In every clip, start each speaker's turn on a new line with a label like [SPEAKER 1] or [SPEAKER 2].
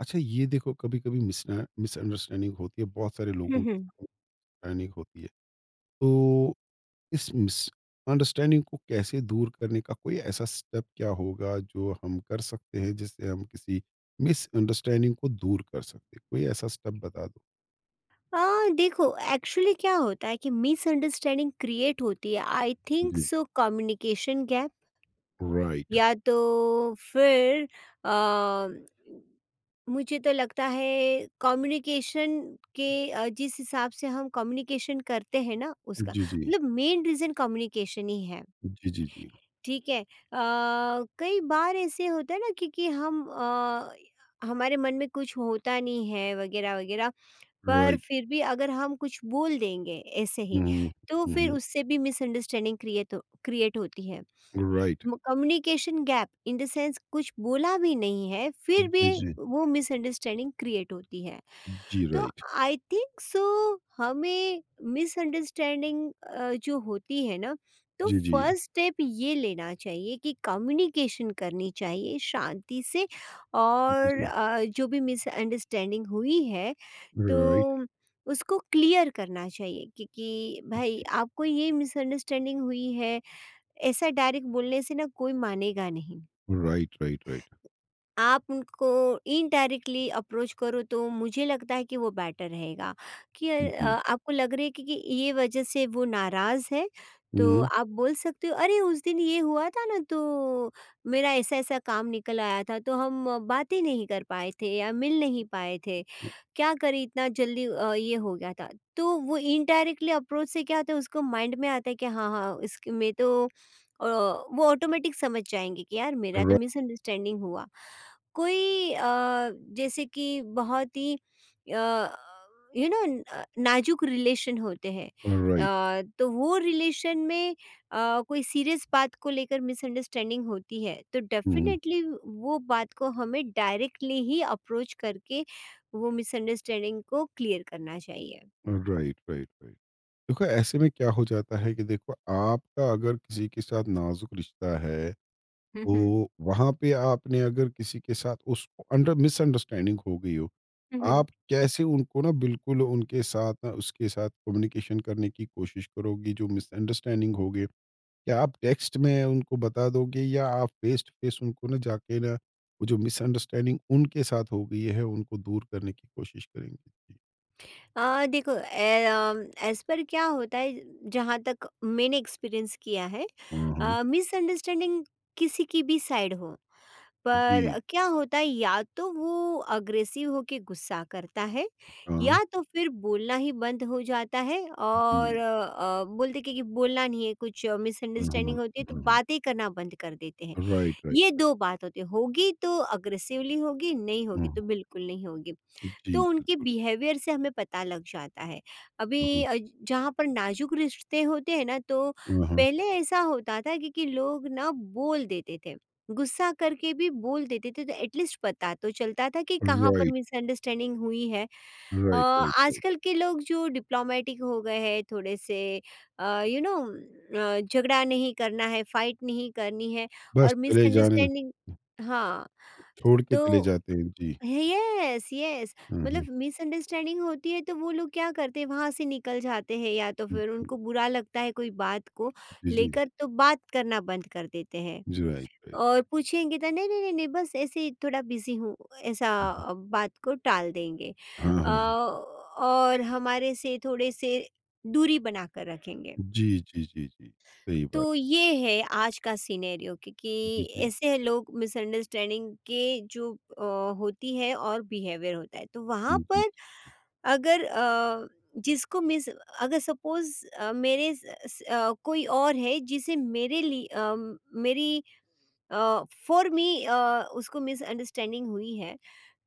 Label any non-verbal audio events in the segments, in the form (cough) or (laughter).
[SPEAKER 1] अच्छा ये देखो कभी-कभी मिसना मिसअंडरस्टैंडिंग होती है, बहुत सारे
[SPEAKER 2] हुँ,
[SPEAKER 1] लोगों के
[SPEAKER 2] हुँ।
[SPEAKER 1] साथ मिसअंडरस्टैंडिंग होती है। तो इस मिसअंडरस्टैंडिंग को कैसे दूर करने का कोई ऐसा स्टेप क्या होगा जो हम कर सकते हैं जिससे हम किसी मिसअंडरस्टैंडिंग को दूर कर सकते हैं? कोई ऐसा स्टेप बता दो।
[SPEAKER 2] देखो, एक्चुअली क्या होता है कि मिसअंडरस्टैंडिंग क्रिएट होती है, आई थिंक
[SPEAKER 1] जी,
[SPEAKER 2] सो कम्युनिकेशन गैप,
[SPEAKER 1] राइट।
[SPEAKER 2] या तो फिर अ, मुझे तो लगता है कम्युनिकेशन के जिस हिसाब से हम कम्युनिकेशन करते हैं ना उसका
[SPEAKER 1] जी, जी।
[SPEAKER 2] मतलब मेन रीज़न कम्युनिकेशन ही है,
[SPEAKER 1] जी, जी, जी।
[SPEAKER 2] ठीक है? कई बार ऐसे होता है ना क्योंकि हम हमारे मन में कुछ होता नहीं है वगैरह-वगैरह, पर
[SPEAKER 1] राइट।
[SPEAKER 2] फिर भी अगर हम कुछ बोल देंगे ऐसे
[SPEAKER 1] हुँ,
[SPEAKER 2] ही
[SPEAKER 1] हुँ,
[SPEAKER 2] तो
[SPEAKER 1] हुँ,
[SPEAKER 2] फिर
[SPEAKER 1] हुँ।
[SPEAKER 2] उससे भी मिसअंडरस्टैंडिंग क्रिएट क्रिएट होती है।
[SPEAKER 1] Right.
[SPEAKER 2] Communication gap in the sense कुछ बोला भी नहीं है फिर भी
[SPEAKER 1] जी, जी।
[SPEAKER 2] वो मिसअंडरस्टैंडिंग क्रिएट होती है।
[SPEAKER 1] जी,
[SPEAKER 2] तो
[SPEAKER 1] राइट।
[SPEAKER 2] आई थिंक सो हमें मिसअंडरस्टैंडिंग जो होती है ना, तो
[SPEAKER 1] जी, जी।
[SPEAKER 2] फर्स्ट स्टेप ये लेना चाहिए कि कम्युनिकेशन करनी चाहिए शांति से।
[SPEAKER 1] जी,
[SPEAKER 2] और
[SPEAKER 1] जी।
[SPEAKER 2] जो भी मिसअंडरस्टैंडिंग हुई है
[SPEAKER 1] राइट,
[SPEAKER 2] तो उसको क्लियर करना चाहिए कि भाई आपको ये मिसअंडरस्टैंडिंग हुई है, ऐसा डायरेक्ट बोलने से ना कोई मानेगा नहीं।
[SPEAKER 1] Right, right, right.
[SPEAKER 2] आप उनको इनडायरेक्टली अप्रोच करो तो मुझे लगता है कि वो बेटर रहेगा।
[SPEAKER 1] जी।
[SPEAKER 2] आपको लग रहा है कि ये वजह से वो नाराज़ है, तो
[SPEAKER 1] हुँ,
[SPEAKER 2] आप बोल सकते हो, अरे उस दिन ये हुआ था ना तो मेरा ऐसा ऐसा काम निकल आया था तो हम बातें नहीं कर पाए थे या मिल नहीं पाए थे,
[SPEAKER 1] हुँ।
[SPEAKER 2] क्या करें इतना जल्दी ये हो गया था। तो वो इनडायरेक्टली अप्रोच से क्या होता है उसको माइंड में आता है कि हाँ हाँ इसके में तो वो ऑटोमेटिक समझ जाएंगे कि यार मेरा तो
[SPEAKER 1] रा
[SPEAKER 2] मिसअंडरस्टैंडिंग हुआ। कोई जैसे कि बहुत ही यू नो नाजुक रिलेशन होते हैं,
[SPEAKER 1] राइट।
[SPEAKER 2] तो वो रिलेशन में कोई सीरियस बात को लेकर मिसअंडरस्टैंडिंग होती है तो
[SPEAKER 1] हुँ,
[SPEAKER 2] डेफिनेटली वो बात को हमें डायरेक्टली ही अप्रोच करके वो मिसअंडरस्टैंडिंग को क्लियर करना चाहिए।
[SPEAKER 1] हुँ। Right, right, right. देखो ऐसे में क्या हो जाता है कि देखो आपका अगर किसी के साथ नाज़ुक रिश्ता है,
[SPEAKER 2] हम्म,
[SPEAKER 1] तो वहाँ पे आपने अगर किसी के साथ उसको अंडर मिसअंडरस्टैंडिंग हो गई हो,
[SPEAKER 2] हम्म।
[SPEAKER 1] आप कैसे उनको ना बिल्कुल उनके साथ ना उसके साथ कम्युनिकेशन करने की कोशिश करोगी जो मिसअंडरस्टैंडिंग हो गई? क्या आप टेक्स्ट में उनको बता दोगे या आप फ़ेस टू फ़ेस उनको ना जाके ना वो जो मिसअंडरस्टैंडिंग उनके साथ हो गई है, उनको दूर करने की कोशिश करेंगे? जी।
[SPEAKER 2] देखो, एज़ पर क्या होता है जहाँ तक मैंने एक्सपीरियंस किया है,
[SPEAKER 1] हुँ, हुँ।
[SPEAKER 2] मिसअंडरस्टैंडिंग किसी की भी साइड हो, पर
[SPEAKER 1] जी,
[SPEAKER 2] क्या होता है या तो वो अग्रेसिव होके गुस्सा करता है
[SPEAKER 1] हाँ,
[SPEAKER 2] या तो फिर बोलना ही बंद हो जाता है।
[SPEAKER 1] जी।
[SPEAKER 2] और बोलते कि बोलना नहीं है, कुछ
[SPEAKER 1] हुँ, हुँ,
[SPEAKER 2] मिसअंडरस्टैंडिंग होती है तो
[SPEAKER 1] हुँ, हुँ।
[SPEAKER 2] बातें करना बंद कर देते हैं।
[SPEAKER 1] Right, right.
[SPEAKER 2] ये दो बात होती है, होगी तो अग्रेसिवली होगी, नहीं
[SPEAKER 1] हुँ,
[SPEAKER 2] होगी तो बिल्कुल नहीं होगी। तो
[SPEAKER 1] जी।
[SPEAKER 2] उनके बिहेवियर से हमें पता लग जाता है।
[SPEAKER 1] हुँ,
[SPEAKER 2] अभी
[SPEAKER 1] हुँ,
[SPEAKER 2] जहाँ पर नाज़ुक रिश्ते होते हैं ना, तो
[SPEAKER 1] हुँ, हुँ।
[SPEAKER 2] पहले ऐसा होता था कि लोग ना बोल देते थे। गुस्सा करके भी बोल देते थे तो एटलीस्ट पता तो चलता था कि कहाँ पर
[SPEAKER 1] राइट,
[SPEAKER 2] मिसअंडरस्टैंडिंग हुई है।
[SPEAKER 1] Right, right, right.
[SPEAKER 2] आजकल के लोग जो डिप्लोमैटिक हो गए हैं थोड़े से, अ, यू नो झगड़ा नहीं करना है, फाइट नहीं करनी है
[SPEAKER 1] बस
[SPEAKER 2] और
[SPEAKER 1] चले जाने
[SPEAKER 2] मिसअंडरस्टैंडिंग, हाँ,
[SPEAKER 1] छोड़ के चले
[SPEAKER 2] तो
[SPEAKER 1] जाते हैं। जी।
[SPEAKER 2] यस, यस,
[SPEAKER 1] हुँ,
[SPEAKER 2] मतलब
[SPEAKER 1] हुँ,
[SPEAKER 2] मिसअंडरस्टैंडिंग होती है तो वो लोग क्या करते हैं वहां से निकल जाते हैं, या तो फिर
[SPEAKER 1] हुँ।
[SPEAKER 2] उनको बुरा लगता है कोई बात को
[SPEAKER 1] जी, जी।
[SPEAKER 2] लेकर तो बात करना बंद कर देते हैं।
[SPEAKER 1] जी, राइट, राइट।
[SPEAKER 2] और पूछेंगे तो नहीं, नहीं, नहीं, नहीं, बस ऐसे ही थोड़ा बिजी हूँ, ऐसा
[SPEAKER 1] हुँ, हुँ।
[SPEAKER 2] बात को टाल देंगे,
[SPEAKER 1] हाँ, हाँ।
[SPEAKER 2] और हमारे से थोड़े से दूरी बना कर रखेंगे।
[SPEAKER 1] जी, जी, जी, जी। सही बात।
[SPEAKER 2] तो ये है आज का सिनेरियो,
[SPEAKER 1] जी,
[SPEAKER 2] क्योंकि
[SPEAKER 1] जी।
[SPEAKER 2] ऐसे लोग मिसअंडरस्टैंडिंग के जो अ, होती है और बिहेवियर होता है तो वहाँ
[SPEAKER 1] जी,
[SPEAKER 2] पर अगर जिसको मिस, अगर सपोज मेरे कोई और है जिसे मेरे लिए मेरी फॉर मी उसको मिसअंडरस्टैंडिंग हुई है,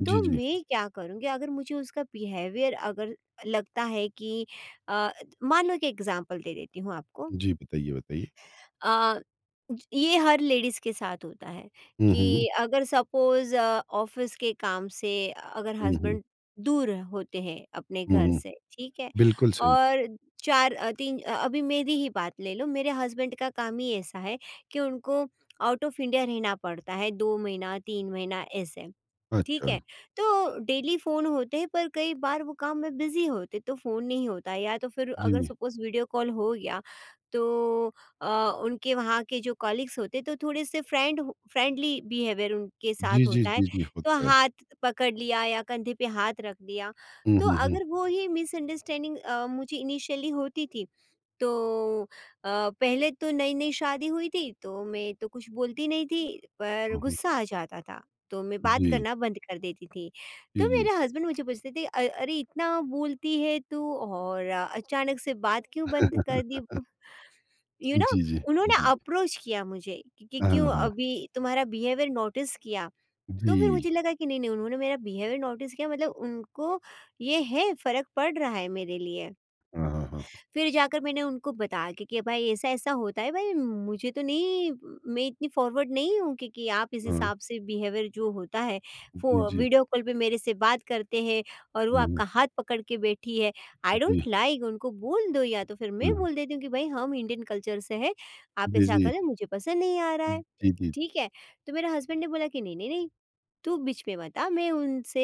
[SPEAKER 1] जी,
[SPEAKER 2] तो
[SPEAKER 1] जी।
[SPEAKER 2] मैं क्या करूँगी अगर मुझे उसका बिहेवियर अगर लगता है कि अ, मान लो कि एग्जांपल दे देती हूँ आपको।
[SPEAKER 1] जी, बताइए, बताइए।
[SPEAKER 2] अ, ये हर लेडीज के साथ होता है
[SPEAKER 1] हुँ,
[SPEAKER 2] कि
[SPEAKER 1] हुँ।
[SPEAKER 2] अगर सपोज ऑफिस के काम से अगर
[SPEAKER 1] हुँ, हुँ।
[SPEAKER 2] हस्बैंड दूर होते हैं अपने
[SPEAKER 1] हुँ,
[SPEAKER 2] घर
[SPEAKER 1] हुँ।
[SPEAKER 2] से, ठीक है।
[SPEAKER 1] बिल्कुल सही।
[SPEAKER 2] और चार अ, तीन अ, अभी मेरी ही बात ले लो, मेरे हस्बैंड का काम ही ऐसा है कि उनको आउट ऑफ इंडिया रहना पड़ता है, 2 महीना 3 महीना ऐसे, ठीक
[SPEAKER 1] अच्छा।
[SPEAKER 2] है, तो डेली फ़ोन होते हैं पर कई बार वो काम में बिज़ी होते तो फ़ोन नहीं होता या तो फिर अगर
[SPEAKER 1] जी।
[SPEAKER 2] सपोज़ वीडियो कॉल हो गया तो अ, उनके वहाँ के जो कॉलीग्स होते हैं तो थोड़े-से फ्रेंड हो, फ्रेंडली बिहेवियर उनके
[SPEAKER 1] जी,
[SPEAKER 2] साथ
[SPEAKER 1] जी,
[SPEAKER 2] होता है।
[SPEAKER 1] जी, जी,
[SPEAKER 2] तो
[SPEAKER 1] होता है।
[SPEAKER 2] हाथ पकड़ लिया या कंधे पे हाथ रख दिया,
[SPEAKER 1] हुँ,
[SPEAKER 2] तो
[SPEAKER 1] हुँ, हुँ।
[SPEAKER 2] अगर वो ही मिसअंडरस्टैंडिंग मुझे इनिशियली होती थी तो अ, पहले तो नई-नई शादी हुई थी, तो मैं तो कुछ बोलती नहीं थी, पर
[SPEAKER 1] हुँ, हुँ।
[SPEAKER 2] गुस्सा आ जाता था, तो मैं बात
[SPEAKER 1] जी।
[SPEAKER 2] करना बंद कर देती थी।
[SPEAKER 1] जी,
[SPEAKER 2] तो
[SPEAKER 1] जी।
[SPEAKER 2] मेरे हस्बैंड मुझे पूछते थे, अरे! इतना बोलती है तू और अचानक से बात क्यों बंद कर दी?" यू नो,
[SPEAKER 1] जी, जी।
[SPEAKER 2] उन्होंने
[SPEAKER 1] जी।
[SPEAKER 2] अप्रोच किया मुझे कि
[SPEAKER 1] हाँ, हाँ,
[SPEAKER 2] क्यों
[SPEAKER 1] हाँ।
[SPEAKER 2] अभी तुम्हारा बिहेवियर नोटिस किया। तो फिर
[SPEAKER 1] जी।
[SPEAKER 2] मुझे लगा कि नहीं-नहीं उन्होंने मेरा बिहेवियर नोटिस किया मतलब उनको ये है फ़र्क पड़ रहा है मेरे लिए।
[SPEAKER 1] हाँ, हाँ,
[SPEAKER 2] फिर जाकर मैंने उनको बताया कि भाई ऐसा-ऐसा होता है, भाई मुझे तो नहीं, मैं इतनी फॉरवर्ड नहीं हूँ कि आप इस
[SPEAKER 1] हाँ, हाँ।
[SPEAKER 2] हिसाब से बिहेवियर जो होता है,
[SPEAKER 1] जी,
[SPEAKER 2] फो
[SPEAKER 1] जी।
[SPEAKER 2] वीडियो कॉल पे मेरे से बात करते हैं और वो
[SPEAKER 1] हुँ, हुँ।
[SPEAKER 2] आपका हाथ पकड़ के बैठी है। आई
[SPEAKER 1] जी,
[SPEAKER 2] डोंट लाइक, उनको बोल दो, या तो फिर मैं
[SPEAKER 1] हुँ।
[SPEAKER 2] बोल देती हूँ कि भाई हम इंडियन कल्चर से हैं, आप
[SPEAKER 1] जी,
[SPEAKER 2] ऐसा कर
[SPEAKER 1] जी।
[SPEAKER 2] रहे हो मुझे पसंद नहीं आ रहा है।
[SPEAKER 1] जी, जी।
[SPEAKER 2] ठीक है? तो मेरे हस्बैंड ने बोला कि नहीं, नहीं, नहीं, तू बीच में मत आ, मैं उनसे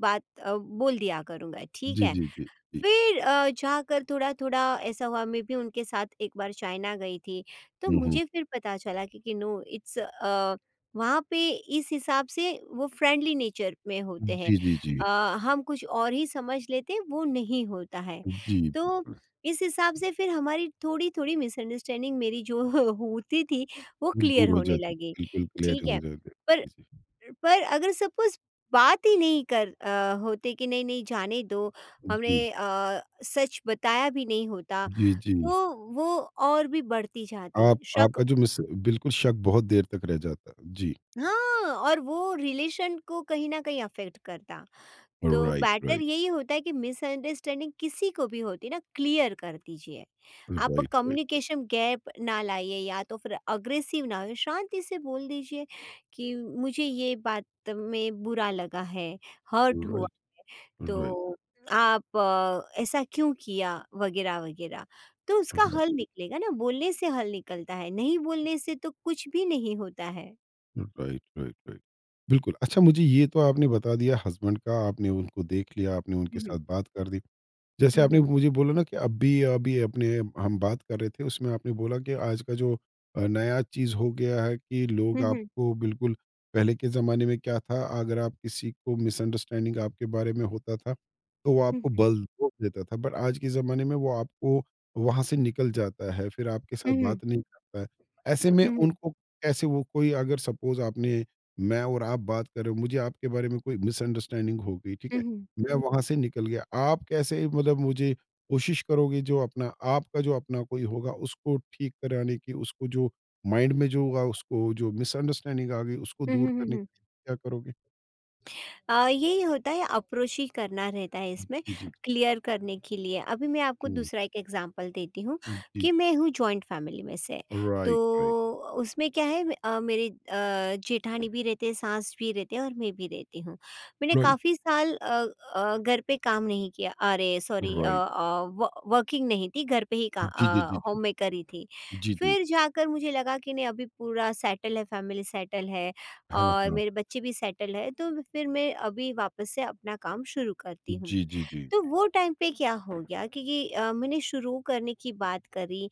[SPEAKER 2] बोल दिया करूँगा, ठीक
[SPEAKER 1] जी,
[SPEAKER 2] है?
[SPEAKER 1] जी, जी, जी।
[SPEAKER 2] फिर जाकर थोड़ा-थोड़ा ऐसा हुआ, मैं भी उनके साथ एक बार चाइना गई थी, तो
[SPEAKER 1] हुँ, हुँ।
[SPEAKER 2] मुझे फिर पता चला कि नो इट्स वहाँ पे इस हिसाब से वो फ्रेंडली नेचर में होते हैं।
[SPEAKER 1] जी, जी, जी।
[SPEAKER 2] अ, हम कुछ और ही समझ लेते हैं, वो नहीं होता है।
[SPEAKER 1] जी,
[SPEAKER 2] तो
[SPEAKER 1] बिल्कुल।
[SPEAKER 2] इस हिसाब से फिर हमारी थोड़ी-थोड़ी मिसअंडरस्टैंडिंग मेरी जो (laughs) होती थी, वो
[SPEAKER 1] वो
[SPEAKER 2] क्लियर
[SPEAKER 1] दूर हो
[SPEAKER 2] होने
[SPEAKER 1] जाते हैं,
[SPEAKER 2] लगी,
[SPEAKER 1] बिल्कुल क्लियर
[SPEAKER 2] ठीक
[SPEAKER 1] हो
[SPEAKER 2] है?
[SPEAKER 1] जाते
[SPEAKER 2] पर
[SPEAKER 1] हैं। जी,
[SPEAKER 2] पर अगर सपोज़ बात ही नहीं होते कि नहीं, नहीं जाने दो, हमने
[SPEAKER 1] जी,
[SPEAKER 2] सच बताया भी नहीं होता,
[SPEAKER 1] जी, जी। जी,
[SPEAKER 2] तो वो और भी बढ़ती जाती,
[SPEAKER 1] आप
[SPEAKER 2] शक,
[SPEAKER 1] आपका जो मिस बिल्कुल शक बहुत देर तक रह जाता है। जी।
[SPEAKER 2] हाँ, और वो रिलेशन को कहीं न कहीं अफ़ेक्ट करता। तो
[SPEAKER 1] राइट,
[SPEAKER 2] बेटर
[SPEAKER 1] राइट।
[SPEAKER 2] यही होता है कि मिसअंडरस्टैंडिंग किसी को भी होती ना, क्लियर कर दीजिए। आप
[SPEAKER 1] राइट, राइट।
[SPEAKER 2] कम्युनिकेशन गैप ना लाइए, या तो फिर अग्रेसिव ना होइए, शांति से बोल दीजिए कि मुझे ये बात में बुरा लगा है, हर्ट हुआ।
[SPEAKER 1] राइट, राइट,
[SPEAKER 2] तो आप ऐसा क्यों किया? वगैरह, वगैरह। तो उसका
[SPEAKER 1] राइट,
[SPEAKER 2] हल निकलेगा ना, बोलने से हल निकलता है, नहीं बोलने से तो कुछ भी नहीं होता है।
[SPEAKER 1] Right, right, right. बिल्कुल, अच्छा मुझे ये तो आपने बता दिया हस्बैंड का, आपने उनको देख लिया, आपने उनके
[SPEAKER 2] हुँ, हुँ।
[SPEAKER 1] साथ बात कर दी। जैसे
[SPEAKER 2] हुँ,
[SPEAKER 1] आपने
[SPEAKER 2] हुँ।
[SPEAKER 1] मुझे बोला ना कि अभी अभी अपने हम बात कर रहे थे उसमें आपने बोला कि आज का जो नया चीज़ हो गया है कि लोग
[SPEAKER 2] हुँ, हुँ।
[SPEAKER 1] आपको बिल्कुल पहले के ज़माने में क्या था अगर आप किसी को मिसअंडरस्टैंडिंग आपके बारे में होता था तो वो
[SPEAKER 2] हुँ,
[SPEAKER 1] आपको
[SPEAKER 2] हुँ।
[SPEAKER 1] बल रोक देता था बट आज के ज़माने में वो आपको वहाँ से निकल जाता है फिर आपके साथ
[SPEAKER 2] हुँ, हुँ।
[SPEAKER 1] बात नहीं करता है ऐसे में
[SPEAKER 2] हुँ, हुँ।
[SPEAKER 1] उनको कैसे वो कोई अगर सपोज़ आपने मैं और आप बात कर रहे हो मुझे आपके बारे में कोई मिसअंडरस्टैंडिंग हो गई ठीक
[SPEAKER 2] हुँ,
[SPEAKER 1] है
[SPEAKER 2] हुँ।
[SPEAKER 1] मैं वहाँ से निकल गया। आप कैसे मतलब मुझे कोशिश करोगे जो अपना आपका जो अपना कोई होगा उसको ठीक कराने की, उसको जो माइंड में जो होगा उसको जो मिसअंडरस्टैंडिंग आ गई उसको
[SPEAKER 2] हुँ,
[SPEAKER 1] दूर
[SPEAKER 2] हुँ, हुँ,
[SPEAKER 1] करने के
[SPEAKER 2] हुँ।
[SPEAKER 1] लिए क्या करोगे?
[SPEAKER 2] यही होता है, अप्रोच ही करना रहता है इसमें
[SPEAKER 1] जी, जी, जी।
[SPEAKER 2] क्लियर करने के लिए। अभी मैं आपको
[SPEAKER 1] हुँ,
[SPEAKER 2] दूसरा एक एग्ज़ाम्पल देती हूँ
[SPEAKER 1] जी, जी।
[SPEAKER 2] कि मैं हूँ जॉइंट फैमिली में से। तो
[SPEAKER 1] राइट, राइट,
[SPEAKER 2] उसमें क्या है, मेरे जेठानी भी रहते हैं, सास भी रहते हैं और मैं भी रहती हूँ। मैंने
[SPEAKER 1] राइट,
[SPEAKER 2] काफ़ी साल घर पे काम नहीं किया, अरे सॉरी, अ
[SPEAKER 1] राइट।
[SPEAKER 2] अ, व वर्किंग नहीं थी, घर पे ही
[SPEAKER 1] जी, जी, जी, जी।
[SPEAKER 2] होममेकर ही थी।
[SPEAKER 1] जी, जी।
[SPEAKER 2] फिर जाकर मुझे लगा कि नहीं, अभी पूरा सेटल है, फैमिली सेटल है।
[SPEAKER 1] हाँ,
[SPEAKER 2] और
[SPEAKER 1] हाँ।
[SPEAKER 2] मेरे बच्चे भी सेटल है, तो फिर मैं अभी वापस से अपना काम शुरू करती हूँ।
[SPEAKER 1] जी, जी, जी।
[SPEAKER 2] तो वो टाइम पे क्या हो गया क्योंकि मैंने शुरू करने की बात करी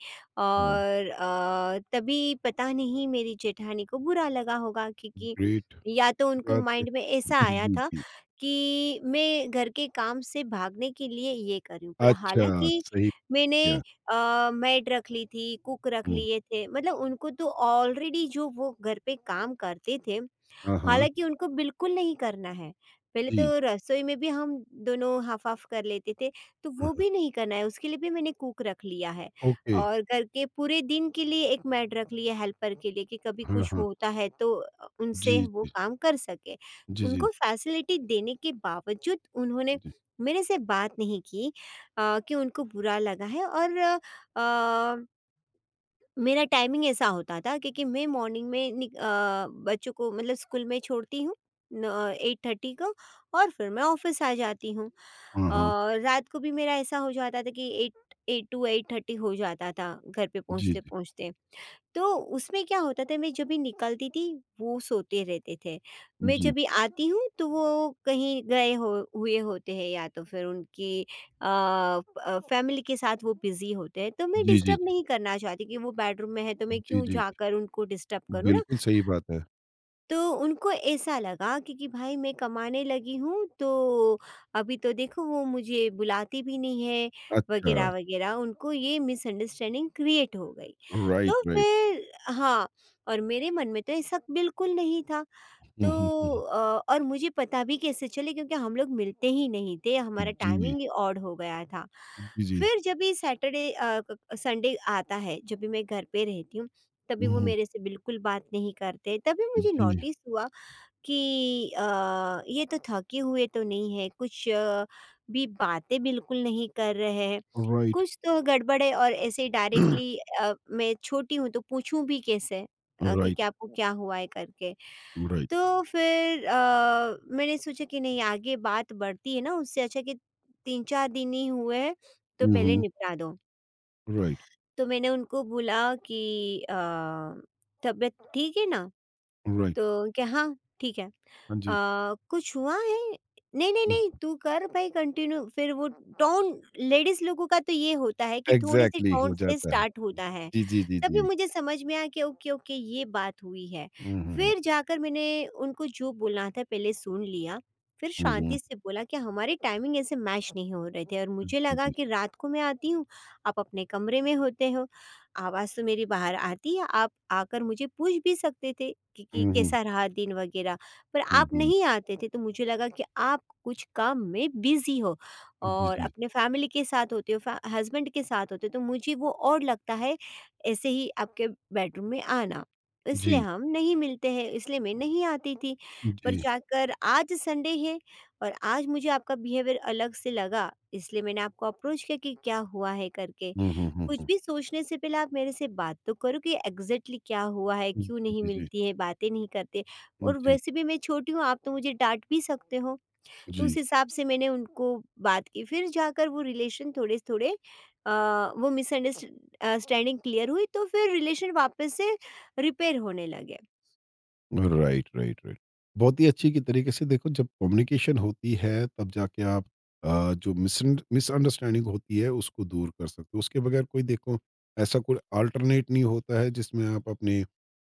[SPEAKER 1] हुँ,
[SPEAKER 2] और तभी पता नहीं मेरी जेठानी को बुरा लगा होगा, क्योंकि
[SPEAKER 1] ग्रेट
[SPEAKER 2] या तो उनको
[SPEAKER 1] बात है।
[SPEAKER 2] माइंड में ऐसा
[SPEAKER 1] जी,
[SPEAKER 2] आया
[SPEAKER 1] जी,
[SPEAKER 2] था
[SPEAKER 1] जी।
[SPEAKER 2] कि मैं घर के काम से भागने के लिए ये करूं, पर
[SPEAKER 1] अच्छा,
[SPEAKER 2] हालांकि
[SPEAKER 1] सही
[SPEAKER 2] मैंने
[SPEAKER 1] किया।
[SPEAKER 2] मेड रख ली थी, कुक रख
[SPEAKER 1] हुँ,
[SPEAKER 2] लिए थे, मतलब उनको तो ऑलरेडी जो वो घर पे काम करते थे,
[SPEAKER 1] हाँ, हाँ।
[SPEAKER 2] हालाँकि उनको बिल्कुल नहीं करना है। पहले
[SPEAKER 1] जी,
[SPEAKER 2] तो रसोई में भी हम दोनों हाफ़-हाफ़ कर लेते थे, तो
[SPEAKER 1] हाँ,
[SPEAKER 2] वो
[SPEAKER 1] हाँ।
[SPEAKER 2] भी नहीं करना है, उसके लिए भी मैंने कुक रख लिया है।
[SPEAKER 1] ओके।
[SPEAKER 2] और घर के पूरे दिन के लिए एक मेड रख ली है हेल्पर के लिए कि कभी
[SPEAKER 1] हाँ,
[SPEAKER 2] कुछ
[SPEAKER 1] हाँ।
[SPEAKER 2] होता है तो
[SPEAKER 1] जी,
[SPEAKER 2] उनसे वो
[SPEAKER 1] जी।
[SPEAKER 2] काम कर सके।
[SPEAKER 1] जी, जी।
[SPEAKER 2] उनको फैसिलिटी देने के बावजूद उन्होंने
[SPEAKER 1] जी।
[SPEAKER 2] मेरे से बात नहीं की, कि उनको बुरा लगा है। और अ मेरा टाइमिंग ऐसा होता था क्योंकि मैं मॉर्निंग में बच्चों को मतलब स्कूल में छोड़ती हूँ 8:30 को, और फिर मैं ऑफिस आ जाती हूँ।
[SPEAKER 1] हाँ, हाँ।
[SPEAKER 2] और रात को भी मेरा ऐसा हो जाता था कि एट एट to 8:30 हो जाता था घर पे
[SPEAKER 1] जी,
[SPEAKER 2] पहुँचते
[SPEAKER 1] जी।
[SPEAKER 2] पहुँचते। तो उसमें क्या होता था, मैं जब भी निकलती थी वो सोते रहते थे। मैं
[SPEAKER 1] जी।
[SPEAKER 2] जब भी आती हूँ तो वो कहीं गए हो हुए होते हैं, या तो फिर उनकी फ़ैमिली के साथ वो बिज़ी होते हैं। तो मैं
[SPEAKER 1] जी, जी,
[SPEAKER 2] डिस्टर्ब
[SPEAKER 1] जी।
[SPEAKER 2] नहीं करना चाहती कि वो बेडरूम में है तो मैं
[SPEAKER 1] जी,
[SPEAKER 2] क्यों
[SPEAKER 1] जी, जी।
[SPEAKER 2] जाकर उनको डिस्टर्ब करूँ ना।
[SPEAKER 1] बिल्कुल सही बात है।
[SPEAKER 2] तो उनको ऐसा लगा कि भाई मैं कमाने लगी हूँ, तो अभी तो देखो वो मुझे बुलाती भी नहीं है
[SPEAKER 1] अच्छा,
[SPEAKER 2] वगैरह वगैरह, उनको ये मिसअंडरस्टैंडिंग क्रिएट हो गई।
[SPEAKER 1] राइट,
[SPEAKER 2] तो
[SPEAKER 1] राइट।
[SPEAKER 2] फिर, हाँ, और मेरे मन में तो ऐसा बिल्कुल नहीं था।
[SPEAKER 1] हुँ,
[SPEAKER 2] तो
[SPEAKER 1] हुँ, हुँ, हुँ।
[SPEAKER 2] और मुझे पता भी कैसे चले, क्योंकि हम लोग मिलते ही नहीं थे, हमारा
[SPEAKER 1] जी,
[SPEAKER 2] टाइमिंग ही ऑड हो गया था।
[SPEAKER 1] जी, जी।
[SPEAKER 2] फिर जब भी सैटरडे अ, क संडे आता है, जब भी मैं घर पे रहती हूँ, तभी
[SPEAKER 1] हुँ,
[SPEAKER 2] वो
[SPEAKER 1] हुँ।
[SPEAKER 2] मेरे से बिल्कुल बात नहीं करते। तभी मुझे
[SPEAKER 1] जी,
[SPEAKER 2] नोटिस हुआ कि ये तो थके हुए तो नहीं है, कुछ भी बातें बिल्कुल नहीं कर रहे हैं।
[SPEAKER 1] राइट।
[SPEAKER 2] कुछ तो गड़बड़ है और ऐसे डायरेक्टली
[SPEAKER 1] (clears throat)
[SPEAKER 2] मैं छोटी हूँ तो पूछूँ भी कैसे कि
[SPEAKER 1] राइट,
[SPEAKER 2] क्या आपको क्या हुआ है करके।
[SPEAKER 1] राइट।
[SPEAKER 2] तो फिर मैंने सोचा कि नहीं आगे बात बढ़ती है ना उससे अच्छा कि 3-4 दिन ही हुए हैं तो
[SPEAKER 1] हुँ,
[SPEAKER 2] पहले
[SPEAKER 1] हुँ।
[SPEAKER 2] निपटा दो।
[SPEAKER 1] राइट,
[SPEAKER 2] तो मैंने उनको बोला कि अ, तबीयत ठीक है ना?
[SPEAKER 1] राइट।
[SPEAKER 2] तो क्या हाँ, ठीक है।
[SPEAKER 1] हाँ जी।
[SPEAKER 2] कुछ हुआ है? नहीं, नहीं, नहीं
[SPEAKER 1] हुँ।
[SPEAKER 2] तू कर भाई कंटिन्यू फिर वो टोन लेडीज़ लोगों का तो ये होता है कि थोड़े से
[SPEAKER 1] एग्ज़ैक्टली
[SPEAKER 2] टोन
[SPEAKER 1] हो
[SPEAKER 2] से
[SPEAKER 1] जाता है।
[SPEAKER 2] स्टार्ट होता है।
[SPEAKER 1] जी, जी, जी,
[SPEAKER 2] तभी
[SPEAKER 1] जी।
[SPEAKER 2] मुझे समझ में आया कि ओके ओके ये बात हुई है
[SPEAKER 1] हुँ, हुँ, हुँ।
[SPEAKER 2] फिर जाकर मैंने उनको जो बोलना था पहले सुन लिया फिर
[SPEAKER 1] हुँ, हुँ।
[SPEAKER 2] शांति से बोला कि हमारे टाइमिंग ऐसे मैच नहीं हो रहे थे और मुझे
[SPEAKER 1] जी,
[SPEAKER 2] लगा
[SPEAKER 1] जी।
[SPEAKER 2] कि रात को मैं आती हूँ आप अपने कमरे में होते हो आवाज़ तो मेरी बाहर आती है आप आकर मुझे पूछ भी सकते थे कि
[SPEAKER 1] हुँ, हुँ।
[SPEAKER 2] कैसा रहा दिन वगैरह पर
[SPEAKER 1] हुँ,
[SPEAKER 2] आप
[SPEAKER 1] हुँ।
[SPEAKER 2] नहीं आते थे तो मुझे लगा कि आप कुछ काम में बिजी हो
[SPEAKER 1] जी,
[SPEAKER 2] और
[SPEAKER 1] जी।
[SPEAKER 2] अपने फैमिली के साथ होते हो हस्बैंड के साथ होते हो तो मुझे वो और लगता है ऐसे ही आपके बेडरूम में आना। इसलिए
[SPEAKER 1] जी,
[SPEAKER 2] हम नहीं मिलते हैं, इसलिए मैं नहीं आती थी। पर
[SPEAKER 1] जी।
[SPEAKER 2] जाकर आज संडे है और आज मुझे आपका बिहेवियर अलग से लगा, इसलिए मैंने आपको अप्रोच किया कि क्या हुआ है करके।
[SPEAKER 1] हुँ, हुँ, हुँ,
[SPEAKER 2] कुछ
[SPEAKER 1] हुँ।
[SPEAKER 2] भी सोचने से पहले आप मेरे से बात तो करो कि एग्ज़ैक्टली क्या हुआ है,
[SPEAKER 1] जी,
[SPEAKER 2] क्यों नहीं
[SPEAKER 1] जी, जी।
[SPEAKER 2] मिलती है, बातें नहीं करते और
[SPEAKER 1] जी,
[SPEAKER 2] वैसे भी मैं छोटी हूँ, आप तो मुझे डाँट भी सकते हो। तो
[SPEAKER 1] जी।
[SPEAKER 2] उस हिसाब से मैंने उनको बात की फिर जाकर वो रिलेशन थोड़े-थोड़े अ, वो मिसअंडरस्ट अ, स्टैंडिंग क्लियर हुई तो फिर रिलेशन वापस से रिपेयर होने लगे।
[SPEAKER 1] Right, right, right. बहुत ही अच्छी की तरीके से देखो जब कम्युनिकेशन होती है तब जाके आप जो मिसअंडरस्टैंडिंग होती है उसको दूर कर सकते हो। उसके बगैर कोई देखो ऐसा कोई अल्टरनेट नहीं होता है जिसमें आप अपने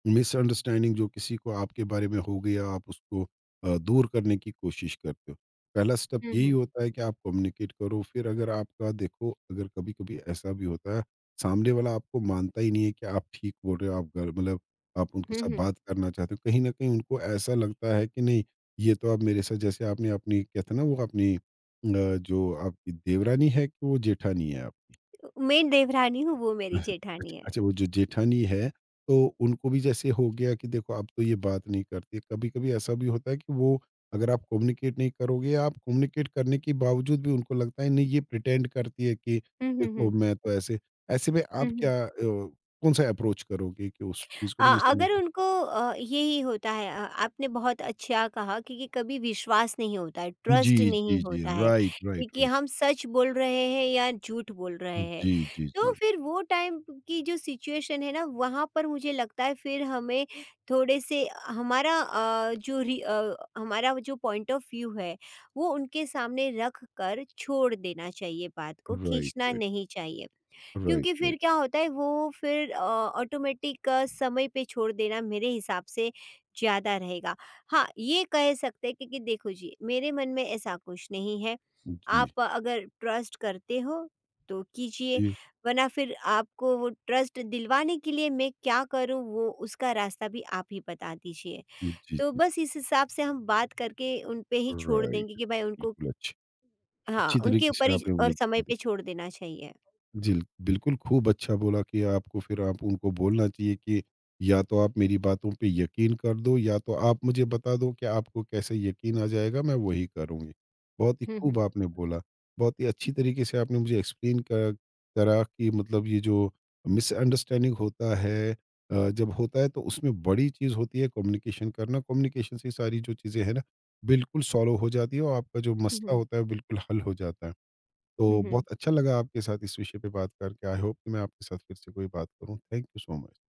[SPEAKER 1] मिसअंडरस्टैंडिंग जो किसी को आपके बारे में हो गया आप उसको दूर करने की कोशिश करते हो। पहला स्टेप
[SPEAKER 2] हुँ,
[SPEAKER 1] यही
[SPEAKER 2] हुँ।
[SPEAKER 1] होता है कि आप कम्युनिकेट करो फिर अगर आपका देखो अगर कभी-कभी ऐसा भी होता है सामने वाला आपको मानता ही नहीं है कि आप ठीक बोल रहे हो आप ग मतलब आप उनके
[SPEAKER 2] हुँ,
[SPEAKER 1] साथ
[SPEAKER 2] हुँ।
[SPEAKER 1] बात करना चाहते हो, कहीं न कहीं उनको ऐसा लगता है कि नहीं, ये तो अब मेरे साथ जैसे आपने अपनी कहते हैं ना वो अपनी जो आपकी देवरानी है कि वो जेठानी है आपकी?
[SPEAKER 2] मैं देवरानी हूँ, वो मेरी
[SPEAKER 1] अच्छा,
[SPEAKER 2] जेठानी है।
[SPEAKER 1] अच्छा वो जो जेठानी है, तो उनको भी जैसे हो गया कि देखो अब तो ये बात नहीं करती। कभी-कभी ऐसा भी होता है कि वो अगर आप कम्युनिकेट नहीं करोगे या आप कम्युनिकेट करने के बावजूद भी उनको लगता है नहीं ये प्रिटेंड करती है कि
[SPEAKER 2] हुँ, हुँ,
[SPEAKER 1] देखो
[SPEAKER 2] हुँ।
[SPEAKER 1] मैं तो ऐसे ऐसे में
[SPEAKER 2] हुँ,
[SPEAKER 1] आप
[SPEAKER 2] हुँ।
[SPEAKER 1] क्या कौन-सा अप्रोच करोगे कि उस चीज़ को
[SPEAKER 2] अ,
[SPEAKER 1] ना मिस
[SPEAKER 2] अगर उनको यही होता है आपने बहुत अच्छा कहा क्योंकि कभी विश्वास नहीं होता है, ट्रस्ट
[SPEAKER 1] जी,
[SPEAKER 2] नहीं
[SPEAKER 1] जी, जी।
[SPEAKER 2] होता है
[SPEAKER 1] राइट, राइट,
[SPEAKER 2] क्योंकि
[SPEAKER 1] राइट।
[SPEAKER 2] हम सच बोल रहे हैं या झूठ बोल रहे हैं।
[SPEAKER 1] जी, जी,
[SPEAKER 2] तो
[SPEAKER 1] जी।
[SPEAKER 2] फिर वो टाइम की जो सिचुएशन है ना वहाँ पर मुझे लगता है फिर हमें थोड़े से हमारा हमारा जो पॉइंट ऑफ व्यू है वो उनके सामने रख कर छोड़ देना चाहिए बात को,
[SPEAKER 1] राइट,
[SPEAKER 2] खींचना
[SPEAKER 1] राइट,
[SPEAKER 2] नहीं चाहिए।
[SPEAKER 1] राइट,
[SPEAKER 2] क्योंकि फिर
[SPEAKER 1] राइट।
[SPEAKER 2] क्या होता है वो फिर ऑटोमेटिक समय पे छोड़ देना मेरे हिसाब से ज़्यादा रहेगा। हाँ, ये कह सकते हैं कि देखो जी, मेरे मन में ऐसा कुछ नहीं है।
[SPEAKER 1] जी,
[SPEAKER 2] आप अगर ट्रस्ट करते हो तो कीजिए,
[SPEAKER 1] जी,
[SPEAKER 2] वरना फिर आपको वो ट्रस्ट दिलवाने के लिए मैं क्या करूँ वो उसका रास्ता भी आप ही बता दीजिए।
[SPEAKER 1] जी,
[SPEAKER 2] तो
[SPEAKER 1] जी।
[SPEAKER 2] बस इस हिसाब से हम बात करके उन पे ही छोड़
[SPEAKER 1] राइट,
[SPEAKER 2] देंगे कि भाई उनको
[SPEAKER 1] बिल्कुल अच्छी
[SPEAKER 2] हाँ,
[SPEAKER 1] अच्छी
[SPEAKER 2] उनके
[SPEAKER 1] तरीके
[SPEAKER 2] ऊपर
[SPEAKER 1] से
[SPEAKER 2] ही
[SPEAKER 1] आपने मुझे
[SPEAKER 2] और समय
[SPEAKER 1] बता
[SPEAKER 2] पे छोड़ देना चाहिए।
[SPEAKER 1] जी, बिल्कुल खूब अच्छा बोला कि आपको फिर आप उनको बोलना चाहिए कि या तो आप मेरी बातों पे यकीन कर दो या तो आप मुझे बता दो कि आपको कैसे यकीन आ जाएगा मैं वही करूँगी। बहुत ही
[SPEAKER 2] हुँ,
[SPEAKER 1] खूब
[SPEAKER 2] हुँ।
[SPEAKER 1] आपने बोला। बहुत ही अच्छी तरीके से आपने मुझे एक्सप्लेन कर करा कि मतलब ये जो मिसअंडरस्टैंडिंग होता है जब होता है तो उसमें बड़ी चीज़ होती है कम्युनिकेशन करना। कम्युनिकेशन से सारी जो चीज़ें हैं ना बिल्कुल सॉल्व हो जाती है और आपका जो
[SPEAKER 2] हुँ,
[SPEAKER 1] मसला
[SPEAKER 2] हुँ।
[SPEAKER 1] होता है बिल्कुल हल हो जाता है।
[SPEAKER 2] हुँ,
[SPEAKER 1] तो
[SPEAKER 2] हुँ।
[SPEAKER 1] बहुत अच्छा लगा आपके साथ इस विषय पे बात करके। आई होप कि मैं आपके साथ फिर से कोई बात करूँ। Thank you so much.